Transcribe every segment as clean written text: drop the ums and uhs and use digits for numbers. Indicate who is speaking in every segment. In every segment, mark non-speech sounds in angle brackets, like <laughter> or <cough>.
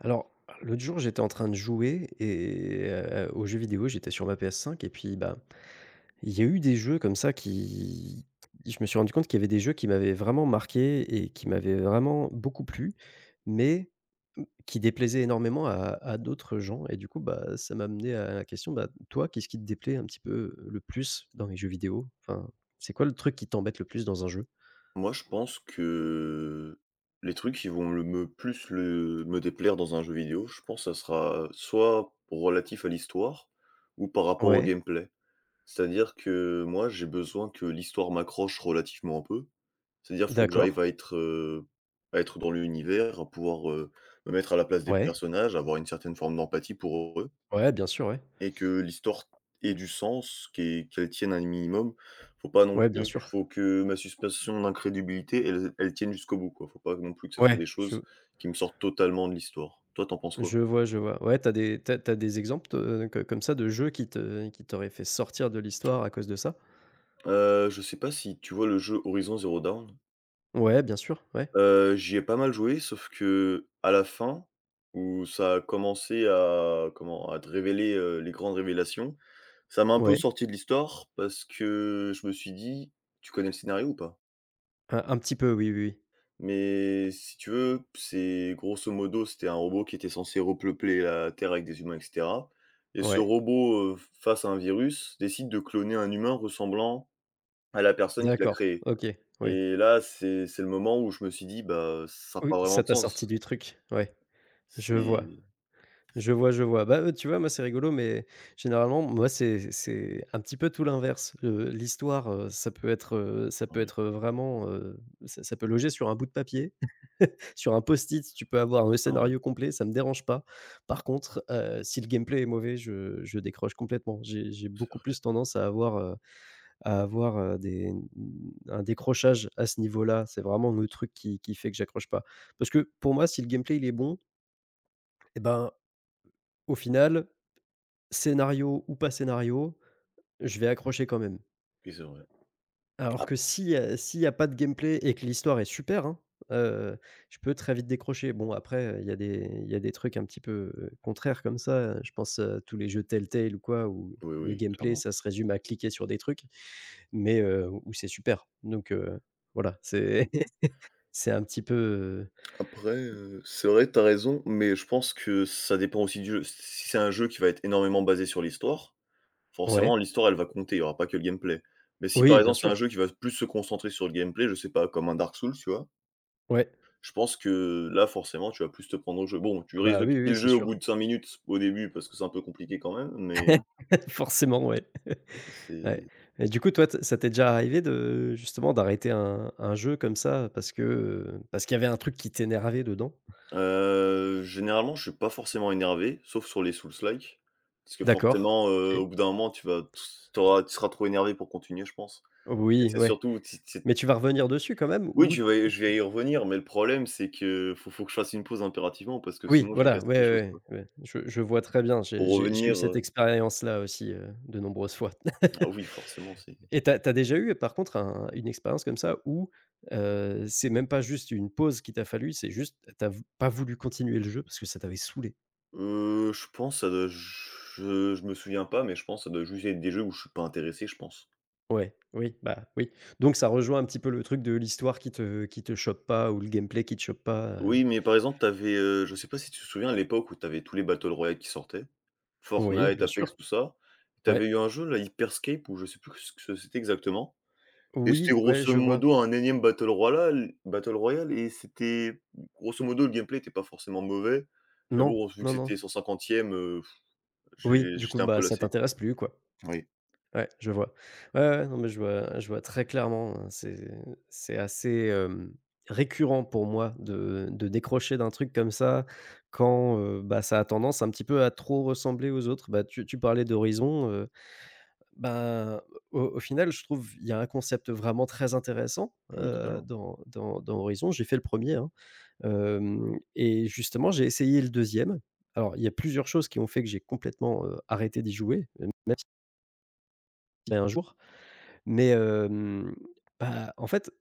Speaker 1: Alors, l'autre jour, j'étais en train de jouer et aux jeux vidéo, j'étais sur ma PS5 et puis, bah, il y a eu des jeux comme ça qui je me suis rendu compte qu'il y avait des jeux qui m'avaient vraiment marqué et qui m'avaient vraiment beaucoup plu, mais qui déplaisaient énormément à d'autres gens. Et du coup, bah, ça m'a amené à la question, bah, toi, qu'est-ce qui te déplaît un petit peu, le plus dans les jeux vidéo? Enfin, c'est quoi le truc qui t'embête le plus dans un jeu?
Speaker 2: Moi, je pense que les trucs qui vont le me plus le me déplaire dans un jeu vidéo, je pense ça sera soit relatif à l'histoire ou par rapport au
Speaker 1: Ouais,
Speaker 2: gameplay. C'est-à-dire que moi, j'ai besoin que l'histoire m'accroche relativement un peu. C'est-à-dire, faut que j'arrive
Speaker 1: d'accord.
Speaker 2: à être dans l'univers, à pouvoir, me mettre à la place des
Speaker 1: Ouais,
Speaker 2: personnages, avoir une certaine forme d'empathie pour eux
Speaker 1: ouais, bien sûr, ouais.
Speaker 2: et que l'histoire ait du sens, qu'elle tienne un minimum. Faut pas non
Speaker 1: Ouais, bien
Speaker 2: plus
Speaker 1: sûr.
Speaker 2: faut que ma suspension d'incrédulité, elle tienne jusqu'au bout, quoi. Faut pas non plus que ce soit
Speaker 1: Ouais,
Speaker 2: des choses
Speaker 1: je...
Speaker 2: qui me sortent totalement de l'histoire. Toi, t'en penses quoi?
Speaker 1: Je vois, je vois. Ouais, t'as des exemples de, co comme ça, de jeux qui te qui t'auraient fait sortir de l'histoire à cause de ça?
Speaker 2: Je sais pas si tu vois le jeu Horizon Zero Dawn?
Speaker 1: Ouais, bien sûr, ouais.
Speaker 2: J'y ai pas mal joué, sauf que à la fin, où ça a commencé à comment? À te révéler, les grandes révélations, ça m'a un peu
Speaker 1: Ouais.
Speaker 2: sorti de l'histoire parce que je me suis dit: «Tu connais le scénario ou pas?»
Speaker 1: Un petit peu, oui, oui, oui.
Speaker 2: Mais si tu veux, c'est grosso modo, c'était un robot qui était censé repeupler la Terre avec des humains et cetera et ce
Speaker 1: Ouais.
Speaker 2: robot, face à un virus, décide de cloner un humain ressemblant à la personne qui l'a
Speaker 1: D'accord,
Speaker 2: créé
Speaker 1: OK, oui.
Speaker 2: et là, c'est le moment où je me suis dit: «Bah, ça a
Speaker 1: Oui,
Speaker 2: pas vraiment
Speaker 1: ça
Speaker 2: de
Speaker 1: t'a sorti
Speaker 2: sens».
Speaker 1: du truc. Ouais, je vois.
Speaker 2: C'est
Speaker 1: Je vois, je vois. Bah, tu vois, moi, c'est rigolo, mais généralement, moi, c'est un petit peu tout l'inverse. L'histoire, ça
Speaker 2: ah
Speaker 1: peut
Speaker 2: oui.
Speaker 1: être, vraiment, ça ça peut loger sur un bout de papier. <laughs> Sur un post-it, tu peux avoir un
Speaker 2: Ah oui,
Speaker 1: scénario complet, ça me dérange pas. Par contre, si le gameplay est mauvais, je décroche complètement. J'ai
Speaker 2: c'est
Speaker 1: beaucoup
Speaker 2: vrai,
Speaker 1: plus tendance à avoir, des un décrochage à ce niveau-là. C'est vraiment le truc qui fait que j'accroche pas. Parce que pour moi, si le gameplay il est bon, et ben, au final, scénario ou pas scénario, je vais accrocher quand même.
Speaker 2: oui, c'est vrai.
Speaker 1: Alors
Speaker 2: Ah
Speaker 1: que si, s'il n'y a pas de gameplay et que l'histoire est super, hein, heu, je peux très vite décrocher. Bon après, il y a des trucs un petit peu, contraires comme ça, je pense à tous les jeux Telltale ou quoi, où
Speaker 2: oui,
Speaker 1: le
Speaker 2: oui,
Speaker 1: gameplay
Speaker 2: clairement.
Speaker 1: ça se résume à cliquer sur des trucs, mais où c'est super. Voilà, c'est <laughs> c'est un petit peu,
Speaker 2: Après, c'est vrai, t'as raison, mais je pense que ça dépend aussi du jeu. Si c'est un jeu qui va être énormément basé sur l'histoire.
Speaker 1: ouais.
Speaker 2: Forcément, l'histoire, elle va compter, il y aura pas que le gameplay. Mais si par
Speaker 1: Oui, bien
Speaker 2: exemple, c'est un
Speaker 1: sûr.
Speaker 2: jeu qui va plus se concentrer sur le gameplay, je sais pas, comme un Dark Souls, tu vois?
Speaker 1: Ouais.
Speaker 2: Je pense que là, forcément, tu vas plus te prendre au jeu. Bon, tu
Speaker 1: Ah
Speaker 2: risques
Speaker 1: bah,
Speaker 2: de
Speaker 1: oui, oui,
Speaker 2: quitter
Speaker 1: oui,
Speaker 2: le
Speaker 1: c'est
Speaker 2: jeu au bout
Speaker 1: sûr.
Speaker 2: de 5 minutes au début parce que c'est un peu compliqué quand même, mais
Speaker 1: <laughs> Forcément, ouais. Ouais.
Speaker 2: c'est
Speaker 1: Et du coup, toi, t ça t'est déjà arrivé de justement d'arrêter un jeu comme ça parce que, parce qu'il y avait un truc qui t'énervait dedans?
Speaker 2: généralement, je suis pas forcément énervé, sauf sur les Souls-like, parce que
Speaker 1: D'accord,
Speaker 2: forcément,
Speaker 1: OK.
Speaker 2: au bout d'un moment, tu vas tu auras tu seras trop énervé pour continuer, je pense et
Speaker 1: Oui,
Speaker 2: c'est
Speaker 1: ouais.
Speaker 2: surtout si c'est.
Speaker 1: Mais tu vas revenir dessus quand même
Speaker 2: Oui,
Speaker 1: ou...
Speaker 2: tu vas y je vais y revenir, mais le problème, c'est que faut que je fasse une pause impérativement parce que
Speaker 1: oui,
Speaker 2: sinon je vais
Speaker 1: voilà,
Speaker 2: casser
Speaker 1: ouais,
Speaker 2: quelque chose,
Speaker 1: ouais,
Speaker 2: quoi.
Speaker 1: ouais, ouais. Je vois très bien. J'ai
Speaker 2: Pour
Speaker 1: j'ai j'ai eu
Speaker 2: revenir,
Speaker 1: cette expérience-là aussi, de nombreuses fois.
Speaker 2: ah
Speaker 1: <laughs>
Speaker 2: oui, forcément, c'est
Speaker 1: Et t'as as déjà eu par contre un une expérience comme ça où, c'est même pas juste une pause qui t'a fallu, c'est juste t'as v pas voulu continuer le jeu parce que ça t'avait saoulé?
Speaker 2: je pense ça doit je me souviens pas, mais je pense ça doit juste être des jeux où je suis pas intéressé, je pense.
Speaker 1: Ouais, oui, bah, oui. Donc ça rejoint un petit peu le truc de l'histoire qui te chope pas ou le gameplay qui te chope pas,
Speaker 2: Oui, mais par exemple, je sais pas si tu te souviens à l'époque où t'avais tous les battle royale qui sortaient,
Speaker 1: oui,
Speaker 2: Fortnite,
Speaker 1: bien
Speaker 2: Apex,
Speaker 1: sûr.
Speaker 2: tout ça.
Speaker 1: Ouais.
Speaker 2: T'avais eu un jeu là, Hyperscape, Escape ou je sais plus ce que c'était exactement. Et c'était
Speaker 1: Oui, ouais,
Speaker 2: grosso
Speaker 1: je vois.
Speaker 2: modo un énième battle royal et c'était grosso modo, le gameplay était pas forcément mauvais, mais
Speaker 1: Non,
Speaker 2: bon, vu que
Speaker 1: non, non.
Speaker 2: c'était son cinquantième,
Speaker 1: Oui, du coup,
Speaker 2: j'étais un peu
Speaker 1: bah, ça
Speaker 2: lassé.
Speaker 1: t'intéresse plus, quoi.
Speaker 2: Oui,
Speaker 1: Ouais, je vois. Ouais, ouais, non, mais je vois très clairement, hein. C'est assez, hem, récurrent pour moi de décrocher d'un truc comme ça quand, bah, ça a tendance un petit peu à trop ressembler aux autres. Bah, tu parlais d'Horizon. Ben, au au final, je trouve, il y a un concept vraiment très intéressant,
Speaker 2: oui, totalement.
Speaker 1: dans dans Horizon. J'ai fait le premier, hein, hem, et justement, j'ai essayé le deuxième. Alors, il y a plusieurs choses qui ont fait que j'ai complètement, arrêté d'y jouer, même si un jour, mais hem, bah, en fait,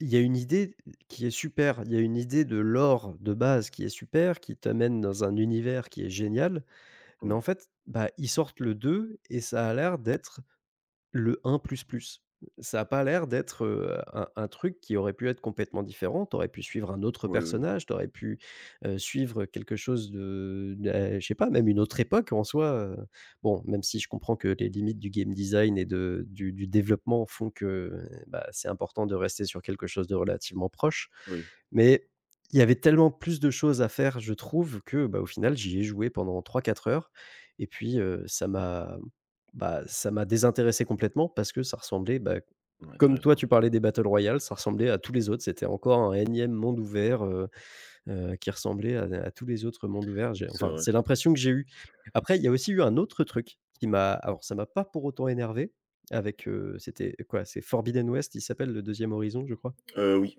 Speaker 1: il y a une idée qui est super. Il y a une idée de lore de base qui est super, qui t'amène dans un univers qui est génial, mais en
Speaker 2: Oui,
Speaker 1: fait, bah, ils sortent le 2 et ça a l'air d'être... Le un plus plus. Ça a pas l'air d'être, un truc qui aurait pu être complètement différent. Tu aurais pu suivre un autre
Speaker 2: oui, oui,
Speaker 1: personnage, tu aurais pu, suivre quelque chose de... bah, je sais pas, même une autre époque en soi. Bon, même si je comprends que les limites du game design et de du développement font que, bah, c'est important de rester sur quelque chose de relativement proche.
Speaker 2: oui.
Speaker 1: Mais il y avait tellement plus de choses à faire, je trouve, que, bah, au final, j'y ai joué pendant trois quatre heures et puis, ça m'a... bah, ça m'a désintéressé complètement parce que ça ressemblait, bah,
Speaker 2: Ouais, tu as
Speaker 1: comme toi
Speaker 2: raison.
Speaker 1: tu parlais des battle royale, ça ressemblait à tous les autres. C'était encore un énième monde ouvert, qui ressemblait à tous les autres mondes ouverts. J'ai
Speaker 2: C'est
Speaker 1: enfin,
Speaker 2: vrai.
Speaker 1: c'est l'impression que j'ai eue. Après, il y a aussi eu un autre truc qui m'a... alors ça m'a pas pour autant énervé, avec, c'était quoi? C'est Forbidden West, il s'appelle, le deuxième Horizon, je crois.
Speaker 2: Oui.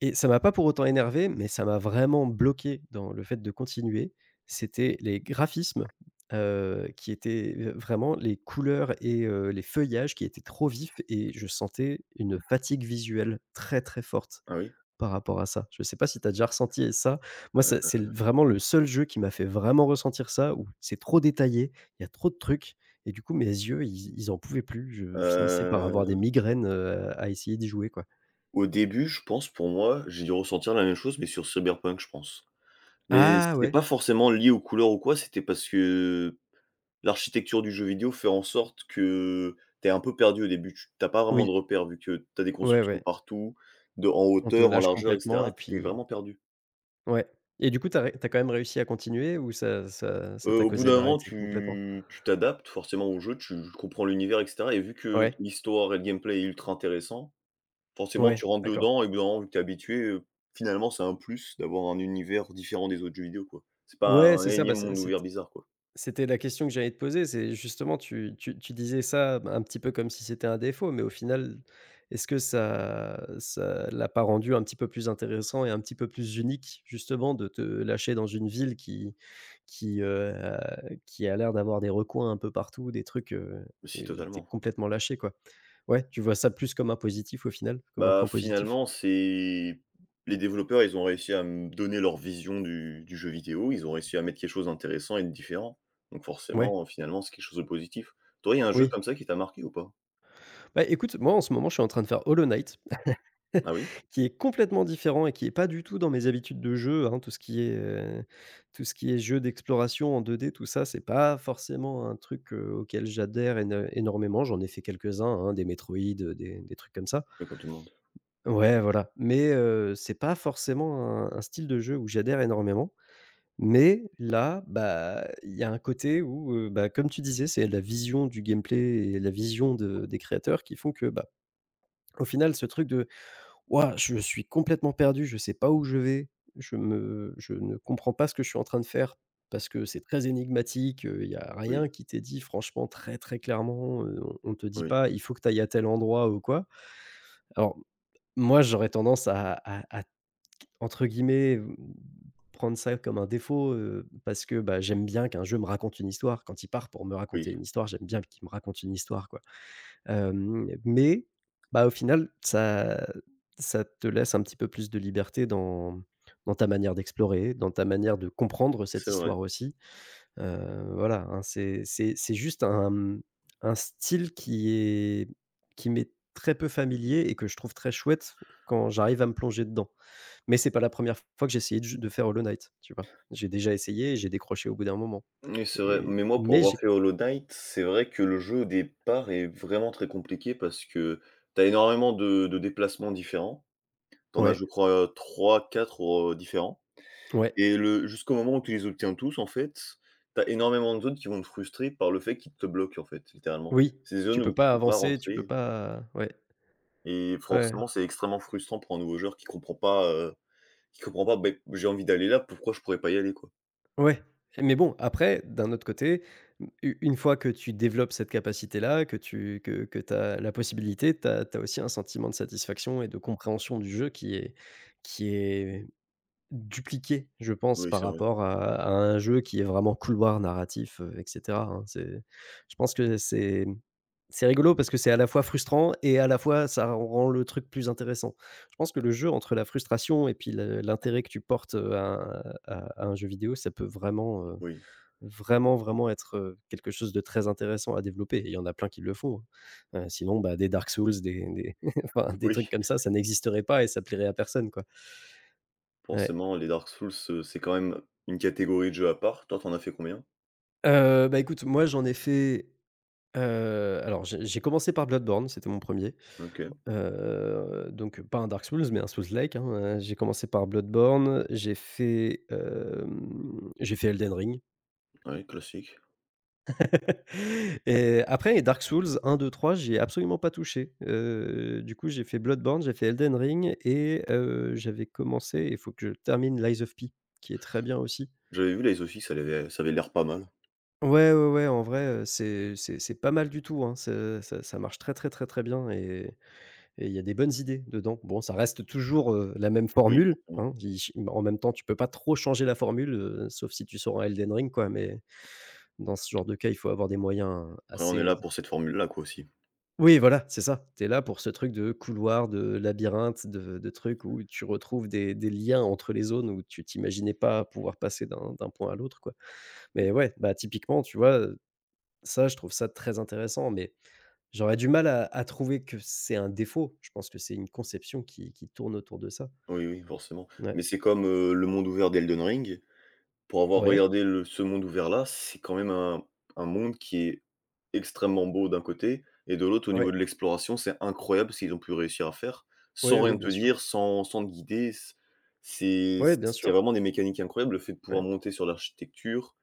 Speaker 1: Et ça m'a pas pour autant énervé, mais ça m'a vraiment bloqué dans le fait de continuer. C'était les graphismes, qui étaient, vraiment les couleurs et les feuillages qui étaient trop vifs, et je sentais une fatigue visuelle très, très forte
Speaker 2: Ah oui?
Speaker 1: par rapport à ça. Je sais pas si tu as déjà ressenti ça? Moi, ça
Speaker 2: Heu,
Speaker 1: c'est l vraiment le seul jeu qui m'a fait vraiment ressentir ça, où c'est trop détaillé, il y a trop de trucs, et du coup mes yeux, ils en pouvaient plus. Je finissais par avoir des
Speaker 2: heu,
Speaker 1: migraines, à essayer d'y jouer, quoi.
Speaker 2: au début, je pense pour moi, j'ai dû ressentir la même chose, mais sur Cyberpunk, je pense. Mais
Speaker 1: Ah
Speaker 2: c'était
Speaker 1: ouais?
Speaker 2: pas forcément lié aux couleurs ou quoi, c'était parce que l'architecture du jeu vidéo fait en sorte que tu es un peu perdu au début. Tu pas vraiment de
Speaker 1: Oui.
Speaker 2: repères vu que tu as des
Speaker 1: Ouais,
Speaker 2: constructions
Speaker 1: ouais.
Speaker 2: partout, de en
Speaker 1: On te
Speaker 2: hauteur, en
Speaker 1: lâche
Speaker 2: largeur et
Speaker 1: complètement
Speaker 2: cetera,
Speaker 1: et
Speaker 2: tu étais
Speaker 1: puis...
Speaker 2: vraiment perdu.
Speaker 1: ouais. Et du coup, tu as quand même réussi à continuer ou ça ça t'a
Speaker 2: Au bout
Speaker 1: causé
Speaker 2: d'un moment,
Speaker 1: d'arrêter complètement?
Speaker 2: tu t'adaptes forcément au jeu, tu comprends l'univers et cetera et vu que
Speaker 1: Ouais,
Speaker 2: l'histoire et le gameplay est ultra intéressant, forcément tu
Speaker 1: ouais,
Speaker 2: rentres
Speaker 1: d'accord.
Speaker 2: dedans et au bout d'un moment, vu que tu es habitué, finalement, c'est un plus d'avoir un univers différent des autres jeux vidéo, quoi. C'est pas
Speaker 1: Ouais,
Speaker 2: un
Speaker 1: c'est ça, bah,
Speaker 2: énième monde ouvert bizarre, quoi.
Speaker 1: c'était la question que j'allais te poser, c'est justement tu disais ça, bah, un petit peu comme si c'était un défaut, mais au final, est-ce que ça l'a pas rendu un petit peu plus intéressant et un petit peu plus unique, justement, de te lâcher dans une ville qui, a qui a l'air d'avoir des recoins un peu partout, des trucs,
Speaker 2: Si,
Speaker 1: tu es
Speaker 2: totalement.
Speaker 1: complètement lâché, quoi? Ouais, tu vois ça plus comme un positif au final? Comme un
Speaker 2: Bah,
Speaker 1: point positif?
Speaker 2: finalement, c'est les développeurs, ils ont réussi à me donner leur vision du jeu vidéo. Ils ont réussi à mettre quelque chose d'intéressant et de différent. Donc
Speaker 1: Ouais,
Speaker 2: forcément, finalement, c'est quelque chose de positif. Toi, il y a un jeu
Speaker 1: oui.
Speaker 2: comme ça qui t'a marqué ou pas?
Speaker 1: Bah, écoute, moi en ce moment, je suis en train de faire Hollow Knight,
Speaker 2: Ah oui?
Speaker 1: <laughs> qui est complètement différent et qui est pas du tout dans mes habitudes de jeu, hein. Tout ce qui est jeu d'exploration en 2D, tout ça, c'est pas forcément un truc, auquel j'adhère éno énormément. J'en ai fait quelques-uns, hein, des Metroid, des trucs comme ça.
Speaker 2: Ouais, comme tout le monde.
Speaker 1: Ouais, voilà, mais c'est pas forcément un style de jeu où j'adhère énormément. Mais là, bah, il y a un côté où, bah, comme tu disais, c'est la vision du gameplay et la vision de des créateurs qui font que, bah, au final, ce truc de: «Waouh, je suis complètement perdu, je sais pas où je vais, je ne comprends pas ce que je suis en train de faire», parce que c'est très énigmatique, il y a rien
Speaker 2: Oui,
Speaker 1: qui t'est dit franchement très, très clairement, on te dit
Speaker 2: oui,
Speaker 1: pas: «Il faut que tu ailles à tel endroit» ou quoi. Alors moi, j'aurais tendance à entre guillemets, mmh, prendre ça comme un défaut, parce que, bah, j'aime bien qu'un jeu me raconte une histoire. Quand il part pour me
Speaker 2: oui,
Speaker 1: raconter une histoire, j'aime bien qu'il me raconte une histoire, quoi. Hem, mais, bah, au final, ça ça te laisse un petit peu plus de liberté dans dans ta manière d'explorer, dans ta manière de comprendre cette
Speaker 2: c'est vrai.
Speaker 1: histoire aussi. Voilà, hein, c'est c'est juste un, mmh, un style qui est qui m'est très peu familier et que je trouve très chouette quand j'arrive à me plonger dedans. Mais c'est pas la première fois que j'ai essayé de faire Hollow Knight, tu vois? J'ai déjà essayé et j'ai décroché au bout d'un moment
Speaker 2: Oui, c'est vrai.
Speaker 1: et
Speaker 2: Mais moi, pour
Speaker 1: mais
Speaker 2: avoir
Speaker 1: j'ai
Speaker 2: fait Hollow Knight, c'est vrai que le jeu, au départ, est vraiment très compliqué parce que t'as énormément de déplacements différents. T'en as, je
Speaker 1: ouais,
Speaker 2: crois, trois quatre différents.
Speaker 1: ouais,
Speaker 2: Et le jusqu'au moment où tu les obtiens tous, en fait, tu as énormément de zones qui vont te frustrer par le fait qu'ils te bloquent, en fait, littéralement.
Speaker 1: oui,
Speaker 2: C'est des
Speaker 1: tu
Speaker 2: zones
Speaker 1: peux
Speaker 2: où tu
Speaker 1: pas
Speaker 2: peux pas
Speaker 1: avancer, tu peux
Speaker 2: rentrer
Speaker 1: pas... ouais,
Speaker 2: et
Speaker 1: ouais,
Speaker 2: forcément, c'est extrêmement frustrant pour un nouveau joueur qui comprend pas, Ben j'ai envie d'aller là, pourquoi je pourrais pas y aller, quoi?
Speaker 1: ouais, mais bon, après, d'un autre côté, u une fois que tu développes cette capacité-là, que tu as la possibilité, tu as aussi un sentiment de satisfaction et de compréhension du jeu qui est dupliqué, je pense,
Speaker 2: Oui,
Speaker 1: par
Speaker 2: c'est vrai.
Speaker 1: rapport à un jeu qui est vraiment couloir narratif, et cetera, hein. C'est je pense que c'est rigolo parce que c'est à la fois frustrant et à la fois ça rend le truc plus intéressant. Je pense que le jeu entre la frustration et puis le l'intérêt que tu portes, à un jeu vidéo, ça peut
Speaker 2: Oui,
Speaker 1: vraiment, vraiment être, quelque chose de très intéressant à développer. Et il y en a plein qui le font, hein. Sinon, bah, des Dark Souls, des <laughs> enfin,
Speaker 2: <laughs>
Speaker 1: des
Speaker 2: oui,
Speaker 1: trucs comme ça n'existerait pas et ça plairait à personne, quoi. Ouais.
Speaker 2: forcément, les Dark Souls, c'est quand même une catégorie de jeu à part. Toi, t'en as fait combien?
Speaker 1: Bah, écoute, moi, j'en ai fait, alors j'ai commencé par Bloodborne, c'était mon premier.
Speaker 2: OK,
Speaker 1: Er Donc pas un Dark Souls, mais un Souls-like, hein, j'ai commencé par Bloodborne, j'ai fait Elden Ring.
Speaker 2: ouais, classique.
Speaker 1: <laughs> Et après Dark Souls 1, 2, 3, j'ai absolument pas touché, du coup, j'ai fait Bloodborne, j'ai fait Elden Ring et j'avais commencé, il faut que je termine Lies of P, qui est très bien aussi.
Speaker 2: J'avais vu les aussi, ça avait l'air pas mal.
Speaker 1: Ouais, ouais, ouais, en vrai, c'est pas mal du tout, hein. Ce Ça marche très, très, très, très bien et il y a des bonnes idées dedans. Bon, ça reste toujours, la même
Speaker 2: Oui,
Speaker 1: formule,
Speaker 2: forcément.
Speaker 1: hein. Il En même temps, tu peux pas trop changer la formule, sauf si tu sors un Elden Ring, quoi, mais dans ce genre de cas, il faut avoir des moyens
Speaker 2: Après, on est là
Speaker 1: assez...
Speaker 2: pour cette formule-là, quoi, aussi.
Speaker 1: Oui, voilà, c'est ça. T'es là pour ce truc de couloir, de labyrinthe, de trucs où tu retrouves des liens entre les zones où tu t'imaginais pas pouvoir passer d'un point à l'autre, quoi. Mais ouais, bah, typiquement, tu vois? Ça, je trouve ça très intéressant, mais j'aurais du mal à trouver que c'est un défaut. Je pense que c'est une conception qui tourne autour de ça.
Speaker 2: Oui, oui, forcément.
Speaker 1: Ouais.
Speaker 2: Mais c'est comme, le monde ouvert d'Elden Ring. Pour avoir
Speaker 1: Ouais,
Speaker 2: regardé le ce monde ouvert-là, c'est quand même un monde qui est extrêmement beau d'un côté et de l'autre, au niveau
Speaker 1: ouais.
Speaker 2: de l'exploration, c'est incroyable ce qu'ils ont pu réussir à faire,
Speaker 1: Oui,
Speaker 2: sans
Speaker 1: oui,
Speaker 2: rien
Speaker 1: bien
Speaker 2: te
Speaker 1: sûr.
Speaker 2: dire, sans te guider.
Speaker 1: Ouais, bien
Speaker 2: C'est il y a
Speaker 1: sûr.
Speaker 2: vraiment des mécaniques incroyables, le fait de pouvoir
Speaker 1: Ouais.
Speaker 2: monter sur l'architecture,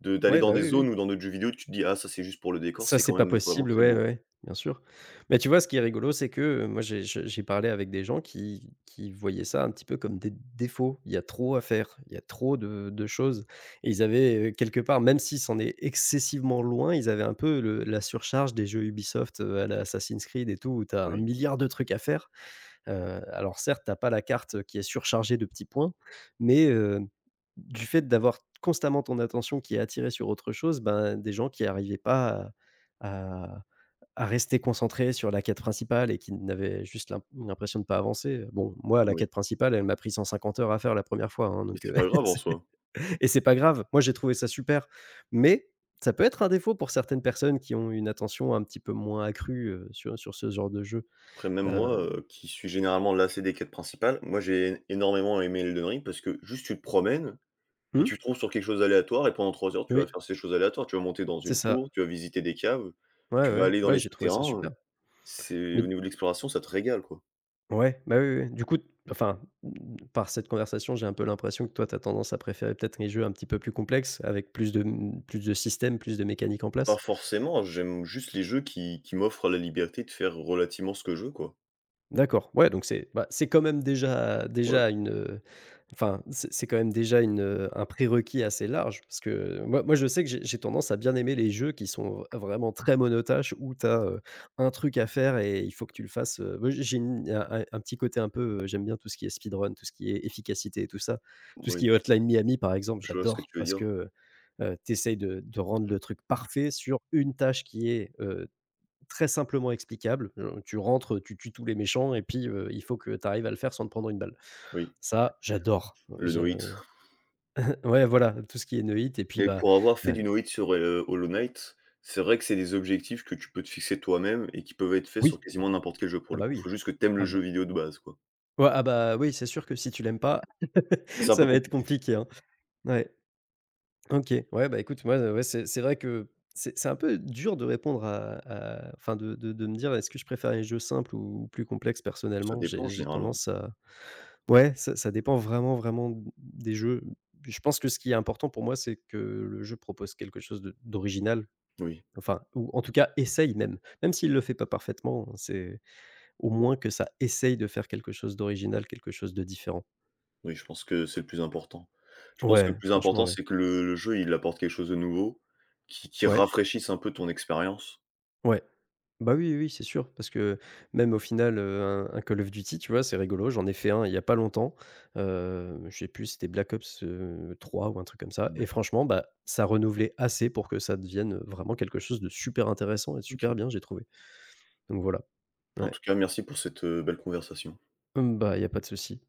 Speaker 2: de d'aller
Speaker 1: Ouais,
Speaker 2: dans
Speaker 1: bah,
Speaker 2: des
Speaker 1: oui, oui.
Speaker 2: zones ou dans d'autres jeux vidéo, tu te dis: «Ah ça, c'est juste pour le décor»,
Speaker 1: Ça,
Speaker 2: c'est
Speaker 1: c'est
Speaker 2: quand
Speaker 1: pas
Speaker 2: même vraiment
Speaker 1: possible,
Speaker 2: très
Speaker 1: ouais,
Speaker 2: beau.
Speaker 1: ouais, ouais, bien sûr. Mais tu vois, ce qui est rigolo, c'est que, moi, j'ai je j'ai parlé avec des gens qui voyaient ça un petit peu comme des défauts. Il y a trop à faire, il y a trop de choses et ils avaient, quelque part, même si c'en est excessivement loin, ils avaient un peu le la surcharge des jeux Ubisoft, à la Assassin's Creed et tout, où tu as 1
Speaker 2: Oui,
Speaker 1: milliard de trucs à faire. Heu, alors certes, t'as pas la carte, qui est surchargée de petits points, mais du fait d'avoir constamment ton attention qui est attirée sur autre chose, ben, des gens qui arrivaient pas à à à rester concentrés sur la quête principale et qui n'avaient juste l'impression de pas avancer. Bon, moi, la
Speaker 2: oui.
Speaker 1: quête principale, elle m'a pris 150 heures à faire la première fois, hein,
Speaker 2: Mais
Speaker 1: donc
Speaker 2: c'est pas
Speaker 1: <laughs>
Speaker 2: grave en
Speaker 1: c'est...
Speaker 2: soi.
Speaker 1: Et c'est pas grave. Moi, j'ai trouvé ça super, mais ça peut être un défaut pour certaines personnes qui ont une attention un petit peu moins accrue, sur ce genre de jeu.
Speaker 2: Après même moi,
Speaker 1: Heu,
Speaker 2: qui suis généralement lassé des quêtes principales, moi j'ai énormément aimé Elden Ring parce que juste tu te promènes et
Speaker 1: mmh?
Speaker 2: tu tombes sur quelque chose aléatoire et pendant 3 heures tu vas
Speaker 1: Oui.
Speaker 2: faire ces choses aléatoires. Tu vas monter dans
Speaker 1: C'est
Speaker 2: une tour,
Speaker 1: ça.
Speaker 2: tu vas visiter des caves,
Speaker 1: Ouais,
Speaker 2: tu vas
Speaker 1: ouais,
Speaker 2: aller dans
Speaker 1: ouais,
Speaker 2: les
Speaker 1: j'ai trouvé ça
Speaker 2: souterrains,
Speaker 1: super.
Speaker 2: c'est au
Speaker 1: Mais
Speaker 2: niveau de l'exploration, ça te régale, quoi.
Speaker 1: ouais, bah, oui, oui. Du coup, enfin, par cette conversation, j'ai un peu l'impression que toi, tu as tendance à préférer peut-être les jeux un petit peu plus complexes avec plus de, mmh, plus de systèmes, plus de mécaniques en
Speaker 2: Pas
Speaker 1: place?
Speaker 2: forcément, j'aime juste les jeux qui m'offrent la liberté de faire relativement ce que je veux, quoi.
Speaker 1: D'accord, ouais, donc c'est bah, c'est quand même déjà
Speaker 2: Voilà,
Speaker 1: déjà une, enfin, c'est quand même déjà une, un prérequis assez large parce que moi je sais que j'ai tendance à bien aimer les jeux qui sont vraiment très monotaches où tu as un truc à faire et il faut que tu le fasses, moi j'ai une un petit côté un peu, j'aime bien tout ce qui est speedrun, tout ce qui est efficacité et tout ça. Tout ce qui
Speaker 2: oui,
Speaker 1: est Hotline Miami par exemple,
Speaker 2: je vois ce que
Speaker 1: j'adore
Speaker 2: tu veux
Speaker 1: parce
Speaker 2: dire.
Speaker 1: que, heu, tu essayes de rendre le truc parfait sur une tâche qui est très simplement explicable, tu rentres, tu tues tous les méchants et puis, il faut que tu arrives à le faire sans te prendre une balle.
Speaker 2: Oui,
Speaker 1: Ça, j'adore, hein.
Speaker 2: le No Hit.
Speaker 1: Je <laughs> Ouais, voilà, tout ce qui est Neuhit et puis,
Speaker 2: Mais
Speaker 1: bah,
Speaker 2: pour avoir fait
Speaker 1: heu,
Speaker 2: du no hit sur, Hollow Knight, c'est vrai que c'est des objectifs que tu peux te fixer toi-même et qui peuvent être faits sur
Speaker 1: oui,
Speaker 2: quasiment n'importe quel jeu pour le coup.
Speaker 1: oui.
Speaker 2: Faut juste que t'aimes le
Speaker 1: Ah
Speaker 2: jeu
Speaker 1: bah
Speaker 2: vidéo de base, quoi.
Speaker 1: ouais, ah bah, oui, c'est sûr que si tu l'aimes pas,
Speaker 2: C'est
Speaker 1: <laughs>
Speaker 2: un
Speaker 1: ça
Speaker 2: peu
Speaker 1: va être
Speaker 2: compliqué.
Speaker 1: compliqué, hein. Ouais, OK. Ouais, bah, écoute, moi, ouais, c'est vrai que c'est un peu dur de répondre à enfin, de me dire: «Est-ce que je préfère les jeux simples ou plus complexes?»
Speaker 2: Ça
Speaker 1: Personnellement,
Speaker 2: dépend
Speaker 1: j'ai
Speaker 2: généralement.
Speaker 1: tendance à... Ouais, ça dépend vraiment, vraiment des jeux. Je pense que ce qui est important pour moi, c'est que le jeu propose quelque chose de d'original,
Speaker 2: Oui,
Speaker 1: enfin, ou en tout cas essaye même. Même s'il ne le fait pas parfaitement, c'est au moins que ça essaye de faire quelque chose d'original, quelque chose de différent.
Speaker 2: oui, je pense que c'est le plus important. Je pense que le
Speaker 1: Ouais,
Speaker 2: plus
Speaker 1: franchement,
Speaker 2: important,
Speaker 1: ouais.
Speaker 2: c'est que le jeu, il apporte quelque chose de nouveau, qui
Speaker 1: Ouais,
Speaker 2: rafraîchisse un peu ton expérience.
Speaker 1: ouais. Bah, oui, oui, oui, c'est sûr, parce que même au final, un Call of Duty, tu vois, c'est rigolo, j'en ai fait un il y a pas longtemps, je sais plus, c'était Black Ops, 3 ou un truc comme ça et
Speaker 2: Mouais,
Speaker 1: franchement, bah, ça renouvelait assez pour que ça devienne vraiment quelque chose de super intéressant et de
Speaker 2: OK.
Speaker 1: super bien, j'ai trouvé. Donc voilà,
Speaker 2: En
Speaker 1: ouais.
Speaker 2: tout cas, merci pour cette, belle conversation.
Speaker 1: Mmh, bah, il y a pas de souci.